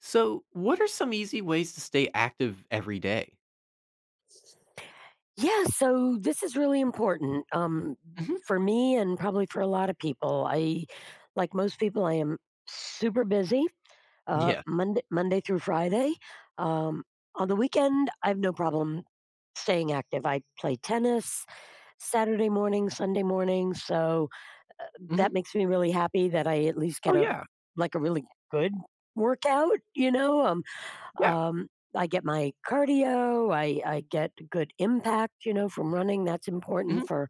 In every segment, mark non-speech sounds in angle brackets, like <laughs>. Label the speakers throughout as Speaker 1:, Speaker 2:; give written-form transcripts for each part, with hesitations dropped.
Speaker 1: So, what are some easy ways to stay active every day?
Speaker 2: Yeah, so this is really important
Speaker 1: Mhm.
Speaker 2: for me and probably for a lot of people. I, like most people, I am super busy
Speaker 1: Yes.
Speaker 2: Monday through Friday. Um, on the weekend, I have no problem staying active. I play tennis Saturday morning, Sunday morning. So uh,
Speaker 1: Mhm.
Speaker 2: that makes me really happy that I at least
Speaker 1: Oh,
Speaker 2: get a
Speaker 1: yeah.
Speaker 2: like a really good workout.
Speaker 1: Yeah.
Speaker 2: Um, I get my cardio. I get good impact, from running. That's important
Speaker 1: Mhm.
Speaker 2: for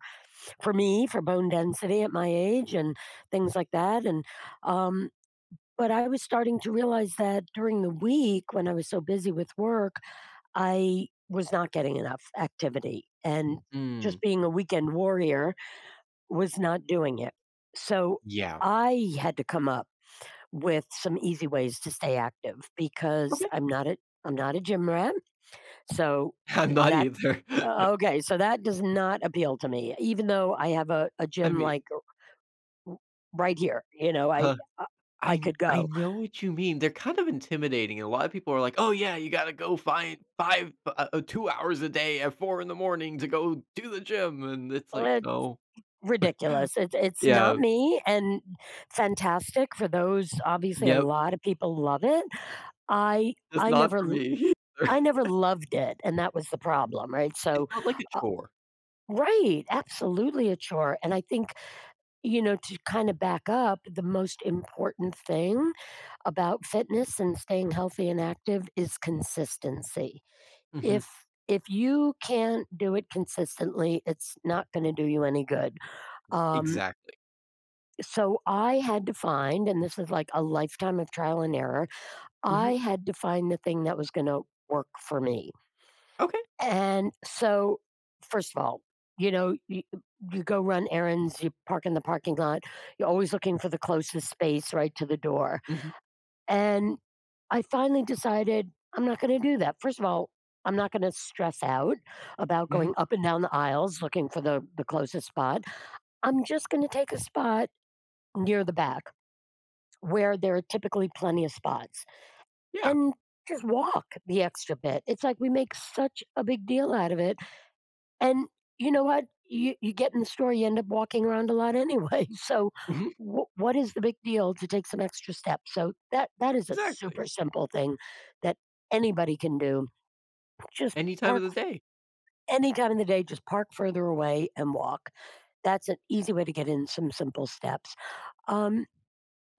Speaker 2: for me for bone density at my age and things like that. And um, but I was starting to realize that during the week when I was so busy with work, I was not getting enough activity, and
Speaker 1: Mm.
Speaker 2: just being a weekend warrior was not doing it. So
Speaker 1: Yeah.
Speaker 2: I had to come up with some easy ways to stay active because
Speaker 1: Okay.
Speaker 2: I'm not a gym rat. So
Speaker 1: <laughs> I'm not
Speaker 2: that
Speaker 1: either. <laughs>
Speaker 2: okay, so that does not appeal to me, even though I have a
Speaker 1: I
Speaker 2: gym
Speaker 1: mean,
Speaker 2: like right here.
Speaker 1: uh,
Speaker 2: I I could
Speaker 1: I
Speaker 2: go.
Speaker 1: know what you mean. They're kind of intimidating, and a lot of people are like, "Oh, yeah, you gotta go find 5 2 hours a day at 4 in the morning to go do the gym," and it's like,
Speaker 2: Uh,
Speaker 1: "No.
Speaker 2: Ridiculous. It's not
Speaker 1: Yeah.
Speaker 2: me, and fantastic for those. Obviously, a
Speaker 1: Yep.
Speaker 2: lot of people love it. I
Speaker 1: That's
Speaker 2: I
Speaker 1: not
Speaker 2: never
Speaker 1: for
Speaker 2: l-
Speaker 1: me." <laughs>
Speaker 2: I never loved it, and that was the problem, right?
Speaker 1: It
Speaker 2: So.
Speaker 1: felt like a
Speaker 2: Uh,
Speaker 1: chore.
Speaker 2: Right, absolutely a chore. And I think, to kind of back up, the most important thing about fitness and staying healthy and active is consistency.
Speaker 1: Mhm.
Speaker 2: If if you can't do it consistently, it's not going to do you any good. Um,
Speaker 1: Exactly.
Speaker 2: so I had to find, and this is like a lifetime of trial and error, I
Speaker 1: Mhm.
Speaker 2: had to find the thing that was going to work for me.
Speaker 1: Okay.
Speaker 2: And so, first of all, you know, you, you go run errands, you park in the parking lot, you're always looking for the closest space right to the door.
Speaker 1: Mhm.
Speaker 2: And I finally decided I'm not going to do that. First of all, I'm not going to stress out about going
Speaker 1: Mhm.
Speaker 2: up and down the aisles looking for the closest spot. I'm just going to take a spot near the back where there are typically plenty of spots
Speaker 1: Yeah.
Speaker 2: and just walk the extra bit. It's like we make such a big deal out of it and you know what? You get in the store, you end up walking around a lot anyway. <laughs> So
Speaker 1: Mhm,
Speaker 2: what is the big deal to take some extra steps? So that is a
Speaker 1: exactly.
Speaker 2: super simple thing that anybody can do. Just
Speaker 1: Any time of
Speaker 2: park
Speaker 1: the day.
Speaker 2: any time of the day, just park further away and walk. That's an easy way to get in some simple steps. Um,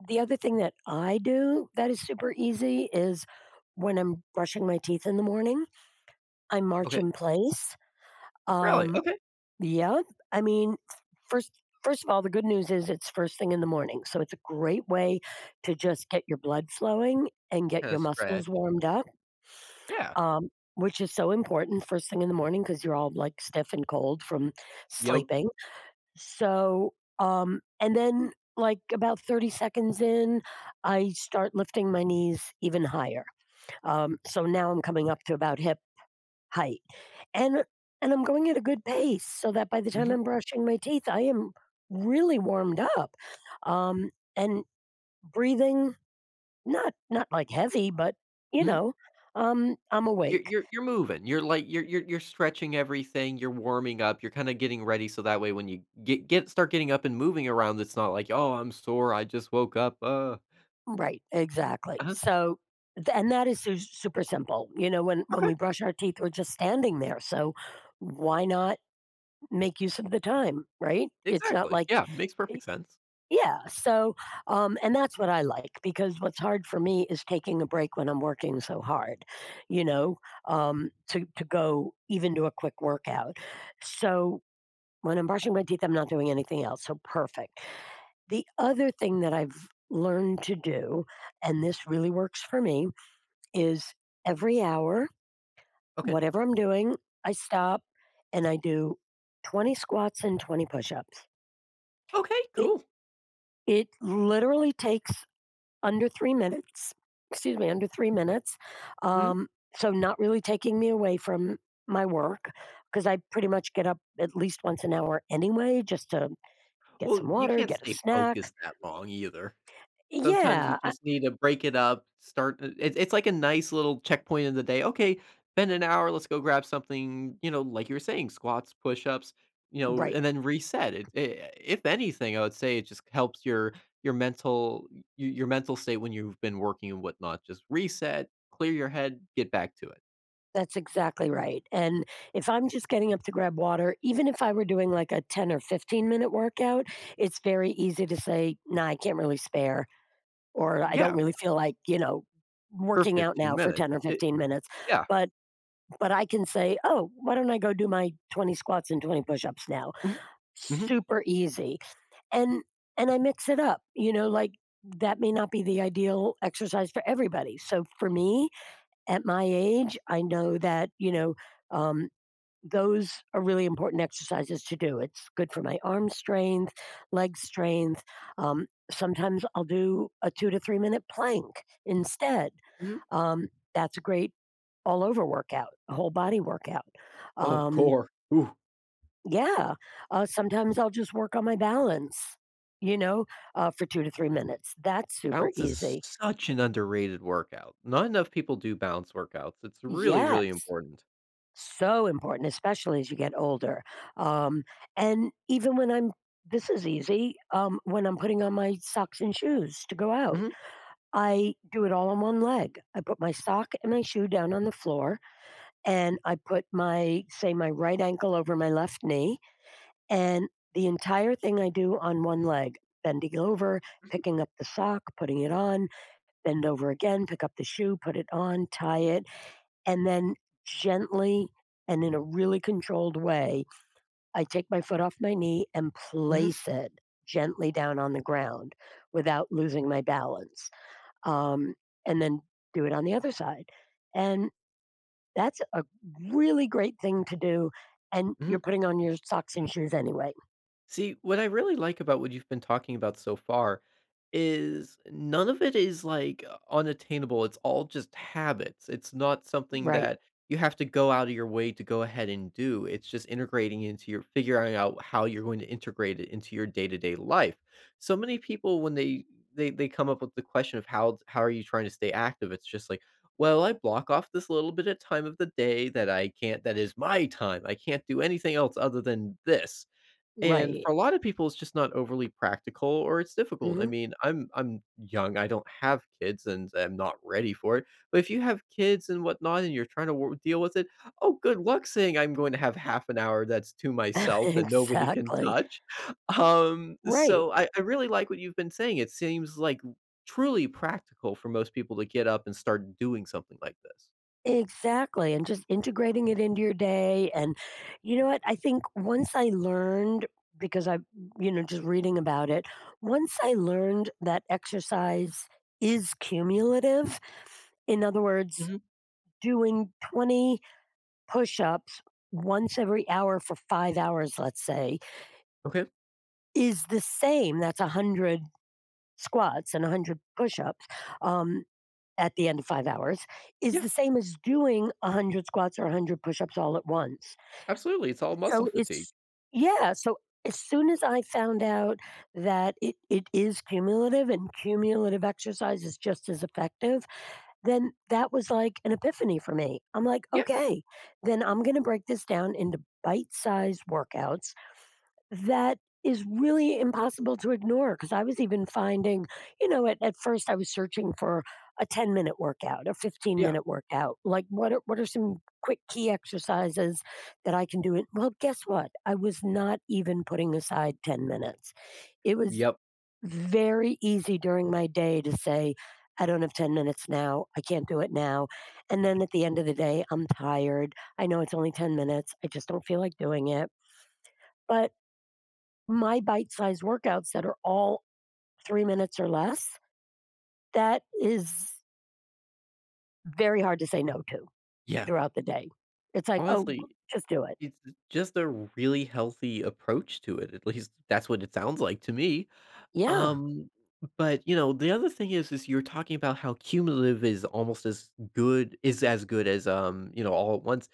Speaker 2: the other thing that I do that is super easy is when I'm brushing my teeth in the morning, I march
Speaker 1: Okay.
Speaker 2: in place.
Speaker 1: Really?
Speaker 2: Um,
Speaker 1: Okay.
Speaker 2: Yeah, I mean, first first of all, the good news is it's first thing in the morning, so it's a great way to just get your blood flowing and get
Speaker 1: Kinda
Speaker 2: your muscles
Speaker 1: stretch.
Speaker 2: warmed up,
Speaker 1: Yeah.
Speaker 2: um, which is so important first thing in the morning because you're all like stiff and cold from
Speaker 1: Yep.
Speaker 2: sleeping. So, and then like about 30 seconds in, I start lifting my knees even higher. So now I'm coming up to about hip height. And and I'm going at a good pace so that by the time
Speaker 1: Mhm,
Speaker 2: I'm brushing my teeth, I am really warmed up. Um, and breathing, not like heavy, but you
Speaker 1: mhm.
Speaker 2: know, I'm
Speaker 1: You're
Speaker 2: awake.
Speaker 1: you're you're moving. You're, like, you're stretching everything, you're warming up, you're kinda getting ready so that way when you get start getting up and moving around, it's not like, "Oh, I'm sore, I just woke up."
Speaker 2: Right, exactly.
Speaker 1: Uh-huh.
Speaker 2: So, and that is super simple. When
Speaker 1: Okay.
Speaker 2: we brush our teeth, we're just standing there. So, why not make use of the time? Right? It's not
Speaker 1: Exactly.
Speaker 2: like.
Speaker 1: Yeah, makes perfect sense.
Speaker 2: Yeah. So, and that's what I like because what's hard for me is taking a break when I'm working so hard, you know, to go even do a quick workout. So, when I'm brushing my teeth, I'm not doing anything else. So, perfect. The other thing that I've learned to do, and this really works for me, is every hour,
Speaker 1: Okay.
Speaker 2: whatever I'm doing, I stop and I do 20 squats and 20 push ups.
Speaker 1: Okay,
Speaker 2: It,
Speaker 1: cool.
Speaker 2: it literally takes under 3 minutes. Excuse me, under 3 minutes.
Speaker 1: Mhm.
Speaker 2: Um, so not really taking me away from my work because I pretty much get up at least once an hour anyway just to get
Speaker 1: Well,
Speaker 2: some
Speaker 1: you
Speaker 2: water,
Speaker 1: can't
Speaker 2: get a
Speaker 1: stay
Speaker 2: snack.
Speaker 1: focused that long either. Sometimes you
Speaker 2: Yeah, I
Speaker 1: just need to break it up. Start uh, It's it's like a nice little checkpoint in the day, "Okay, spend an hour, let's go grab something," like you were saying, squats, push-ups,
Speaker 2: right.
Speaker 1: and then reset it. I If anything, I would say it just helps your mental y your mental state when you've been working and whatnot. Just reset, clear your head, get back to it.
Speaker 2: That's exactly right, and if I'm just getting up to grab water, even if I were doing, like, a 10 or 15-minute workout, it's very easy to say, "Nah, I can't really spare," or, "I don't
Speaker 1: Yeah,
Speaker 2: really feel like," you know,
Speaker 1: for
Speaker 2: "working out
Speaker 1: 15
Speaker 2: now for
Speaker 1: minutes.
Speaker 2: 10 or
Speaker 1: It
Speaker 2: 15 minutes,"
Speaker 1: yeah.
Speaker 2: but But I can say, "Oh, why don't I go do my 20 squats and 20 push-ups now?"
Speaker 1: <laughs> Mhm, mhm,
Speaker 2: Super easy. And and I mix it up, like, that may not be the ideal exercise for everybody. So for me, at my age, I know thatum, those are really important exercises to do. It's good for my arm strength, leg strength. Sometimes I'll do a 2 to 3 minute plank instead.
Speaker 1: mhm.
Speaker 2: Um, that's a great all over workout, a whole body workout.
Speaker 1: Oh,
Speaker 2: Um,
Speaker 1: core. Oof.
Speaker 2: yeah, sometimes I'll just work on my balance, you know, for 2 to 3 minutes. That's super
Speaker 1: Bounce is
Speaker 2: easy.
Speaker 1: such an underrated workout. Not enough people do bounce workouts. It's really, really
Speaker 2: Yes,
Speaker 1: important.
Speaker 2: so important, especially as you get older. Um, and even when I'm, this is easy, when I'm putting on my socks and shoes to go out,
Speaker 1: Mhm,
Speaker 2: I do it all on one leg. I put my sock and my shoe down on the floor, and I put my, say, my right ankle over my left knee, and the entire thing I do on one leg, bending over, picking up the sock, putting it on, bend over again, pick up the shoe, put it on, tie it, and then gently and in a really controlled way, I take my foot off my knee and
Speaker 1: mhm,
Speaker 2: place it gently down on the ground without losing my balance. Um, and then do it on the other side. And that's a really great thing to do. And you're
Speaker 1: mhm.
Speaker 2: putting on your socks and shoes anyway.
Speaker 1: See, what I really like about what you've been talking about so far is none of it is like unattainable. It's all just habits. It's not something
Speaker 2: Right,
Speaker 1: that you have to go out of your way to go ahead and do. It's just integrating into your figuring out how you're going to integrate it into your day-to-day life. So many people when they come up with the question of how are you trying to stay active? It's just like, well, I block off this little bit of time of the day that I can't that is my time. I can't do anything else other than this, and
Speaker 2: right.
Speaker 1: for a lot of people, it's just not overly practical or it's difficult. I
Speaker 2: Mhm.
Speaker 1: mean, I'm young, I don't have kids and I'm not ready for it. But if you have kids and whatnot and you're trying to wor deal with it, oh, good luck saying I'm going to have half an hour that's to
Speaker 2: <laughs>
Speaker 1: myself that nobody can
Speaker 2: Exactly.
Speaker 1: touch. <laughs> Um,
Speaker 2: Right.
Speaker 1: so I I really like what you've been saying. It seems like truly practical for most people to get up and start doing something like this.
Speaker 2: Exactly. And just integrating it into your day. And you know what? I think once I learned, because I, just reading about it, once I learned that exercise is cumulative, in other words,
Speaker 1: Mhm.
Speaker 2: doing 20 push ups once every hour for 5 hours, let's say,
Speaker 1: Okay.
Speaker 2: is the same. That's a 100 squats and a 100 push ups. Um, at the end of 5 hours is
Speaker 1: Yeah,
Speaker 2: the same as doing 100 squats or 100 push ups all at once.
Speaker 1: absolutely. It's all muscle
Speaker 2: So
Speaker 1: fatigue.
Speaker 2: it's, yeah. So as soon as I found out that it is cumulative and cumulative exercise is just as effective, then that was like an epiphany for me. I'm like,
Speaker 1: Yeah,
Speaker 2: okay, then I'm going to break this down into bite sized workouts that is really impossible to ignore because I was even finding, at first I was searching for a 10-minute workout, a 15
Speaker 1: yeah.
Speaker 2: minute workout. Like what are some quick key exercises that I can do it? Well, guess what? I was not even putting aside 10 minutes. It was
Speaker 1: Yep.
Speaker 2: very easy during my day to say, I don't have 10 minutes now. I can't do it now. And then at the end of the day, I'm tired. I know it's only 10 minutes. I just don't feel like doing it. But my bite-sized workouts that are all 3 minutes or less, that is very hard to say no to
Speaker 1: Yeah.
Speaker 2: throughout the day. It's like, "Oh,
Speaker 1: Honestly
Speaker 2: just do it."
Speaker 1: , it's just a really healthy approach to it, at least that's what it sounds like to me,
Speaker 2: Yeah,
Speaker 1: um, but, the other thing is you're talking about how cumulative is almost as good as, all at once.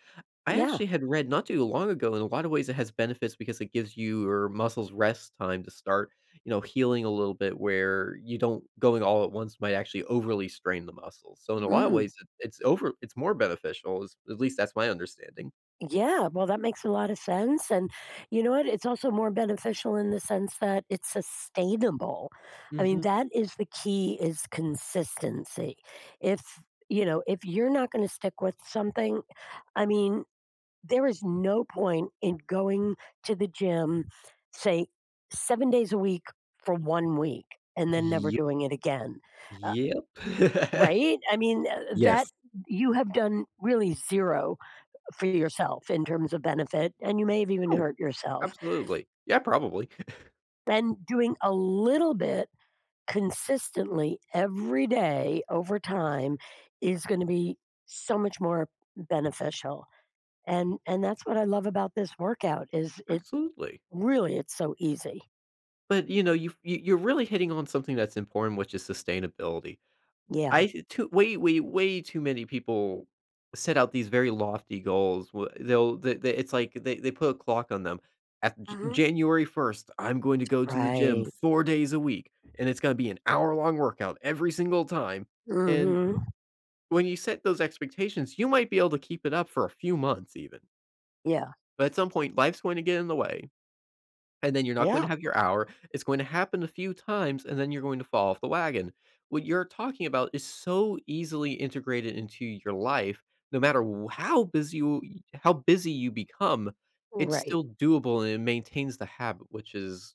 Speaker 1: I
Speaker 2: yeah,
Speaker 1: actually had read not too long ago, in a lot of ways, it has benefits because it gives your muscles rest time to start, healing a little bit where you don't going all at once might actually overly strain the muscles, so in a lot of
Speaker 2: mm,
Speaker 1: ways, it it's over it's more beneficial, is at least that's my understanding.
Speaker 2: yeah, well, that makes a lot of sense, and you know what? It's also more beneficial in the sense that it's sustainable. I mean,
Speaker 1: Mhm.
Speaker 2: that is the key is consistency. If, if you're not gonna stick with something, I mean, there is no point in going to the gym, say, 7 days a week for 1 week and then never doing it again, uh,
Speaker 1: Yep.
Speaker 2: right? I mean,
Speaker 1: <laughs> Yes.
Speaker 2: that you have done really 0 for yourself in terms of benefit, and you may have even
Speaker 1: Oh,
Speaker 2: hurt yourself.
Speaker 1: absolutely. Yeah, probably.
Speaker 2: And doing a little bit consistently every day over time is gonna be so much more beneficial, and that's what I love about this workout is
Speaker 1: <laughs>
Speaker 2: it.
Speaker 1: Absolutely.
Speaker 2: Really, it's so easy.
Speaker 1: But, you're really hitting on something that's important, which is sustainability.
Speaker 2: Yeah.
Speaker 1: I too way, way, way too many people set out these very lofty goals. Wh They'll they it's like they put a clock on them. At J
Speaker 2: Mhm.
Speaker 1: January 1st, I'm going to go to the gym
Speaker 2: Right.
Speaker 1: 4 days a week, and it's gonna be an hour-long workout every single time. And
Speaker 2: Mhm.
Speaker 1: when you set those expectations, you might be able to keep it up for a few months even.
Speaker 2: Yeah.
Speaker 1: But at some point, life's going to get in the way, and then you're not going
Speaker 2: Yeah.
Speaker 1: to have your hour. It's going to happen a few times, and then you're going to fall off the wagon. What you're talking about is so easily integrated into your life, no matter how busy you become. It's
Speaker 2: Right.
Speaker 1: still doable and it maintains the habit, which is,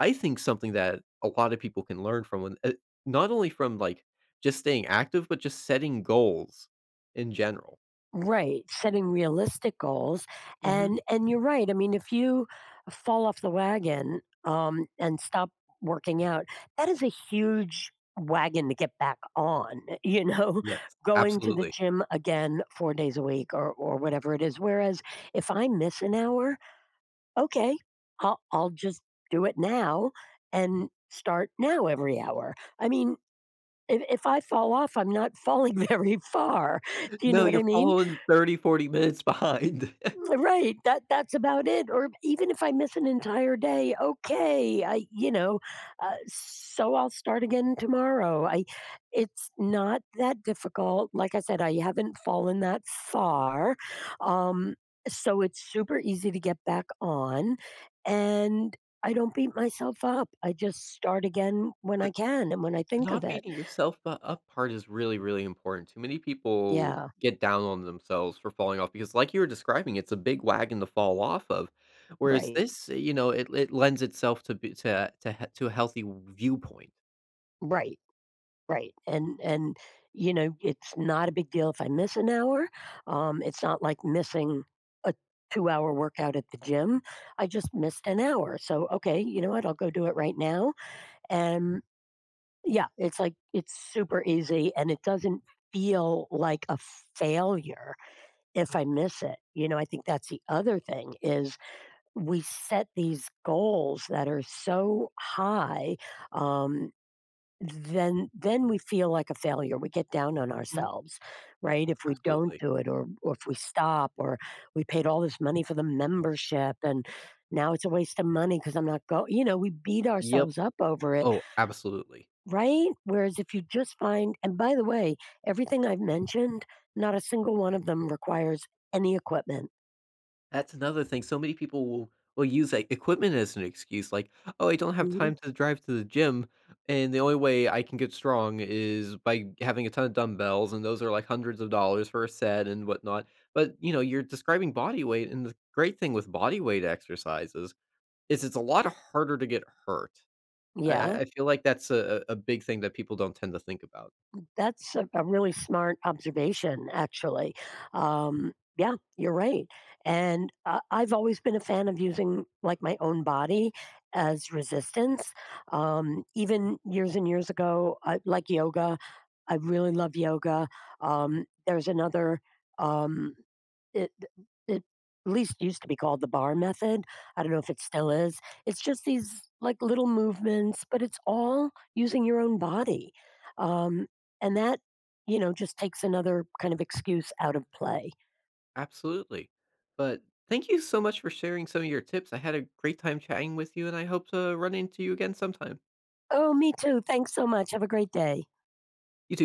Speaker 1: I think, something that a lot of people can learn from. When, not only from like just staying active, but just setting goals in general.
Speaker 2: Right. Setting realistic goals.
Speaker 1: Hmm.
Speaker 2: And you're right. I mean, if you fall off the wagon and stop working out, that is a huge wagon to get back on, <laughs> you know,
Speaker 1: Yes,
Speaker 2: going to the
Speaker 1: absolutely.
Speaker 2: gym again 4 days a week or whatever it is. Whereas if I miss an hour, okay, I'll just do it now and start now every hour. I mean, if I fall off, I'm not falling <laughs> very far. Do you know
Speaker 1: No,
Speaker 2: what I
Speaker 1: you're
Speaker 2: mean?
Speaker 1: following 30, 40 minutes behind. <laughs>
Speaker 2: Right, that's about it, or even if I miss an entire day, okay, so I'll start again tomorrow. I It's not that difficult. Like I said, I haven't fallen that far. Um, so it's super easy to get back on and I don't beat myself up. I just start again when I
Speaker 1: The
Speaker 2: can and when I think of
Speaker 1: not
Speaker 2: it.
Speaker 1: beating yourself bu up part is really, really important. Too many people
Speaker 2: Yeah,
Speaker 1: get down on themselves for falling off because like you were describing, it's a big wagon to fall off of, whereas
Speaker 2: right.
Speaker 1: this, it lends itself to be to he to a healthy viewpoint.
Speaker 2: Right. Right. And you know, it's not a big deal if I miss an hour. It's not like missing a two-hour workout at the gym. I just missed an hour. So okay, you know what? I'll go do it right now. And yeah, it's like it's super easy and it doesn't feel like a failure if I miss it. You know, I think that's the other thing is we set these goals that are so high. Um, then we feel like a failure. We get down on
Speaker 1: Mhm,
Speaker 2: ourselves, right? If we don't
Speaker 1: absolutely.
Speaker 2: do it or if we stop or we paid all this money for the membership and now it's a waste of money because I'm not going. We beat
Speaker 1: Yep.
Speaker 2: ourselves up over it,
Speaker 1: Oh, absolutely.
Speaker 2: right? Whereas if you just find and by the way, everything I've mentioned, not a single one of them requires any equipment.
Speaker 1: That's another thing. So many people will use, like, equipment as an excuse, like, "Oh, I don't have
Speaker 2: Mhm.
Speaker 1: time to drive to the gym, and the only way I can get strong is by having a ton of dumbbells, and those are, like, hundreds of dollars for a set and whatnot." But, you're describing body weight, and the great thing with body weight exercises is it's a lot harder to get hurt. I I
Speaker 2: Yeah.
Speaker 1: I feel like that's a big thing that people don't tend to think about.
Speaker 2: That's a really smart observation, actually. Yeah, you're right. And I've always been a fan of using like my own body as resistance. Even years and years ago, I, like yoga, I really love yoga. There's another. Um, it it at least used to be called the BAR method, I don't know if it still is. It's just these, like, little movements, but it's all using your own body, um, and that, just takes another kind of excuse out of play.
Speaker 1: Absolutely. But thank you so much for sharing some of your tips. I had a great time chatting with you, and I hope to run into you again sometime.
Speaker 2: Oh, me too, thanks so much, have a great day.
Speaker 1: You too.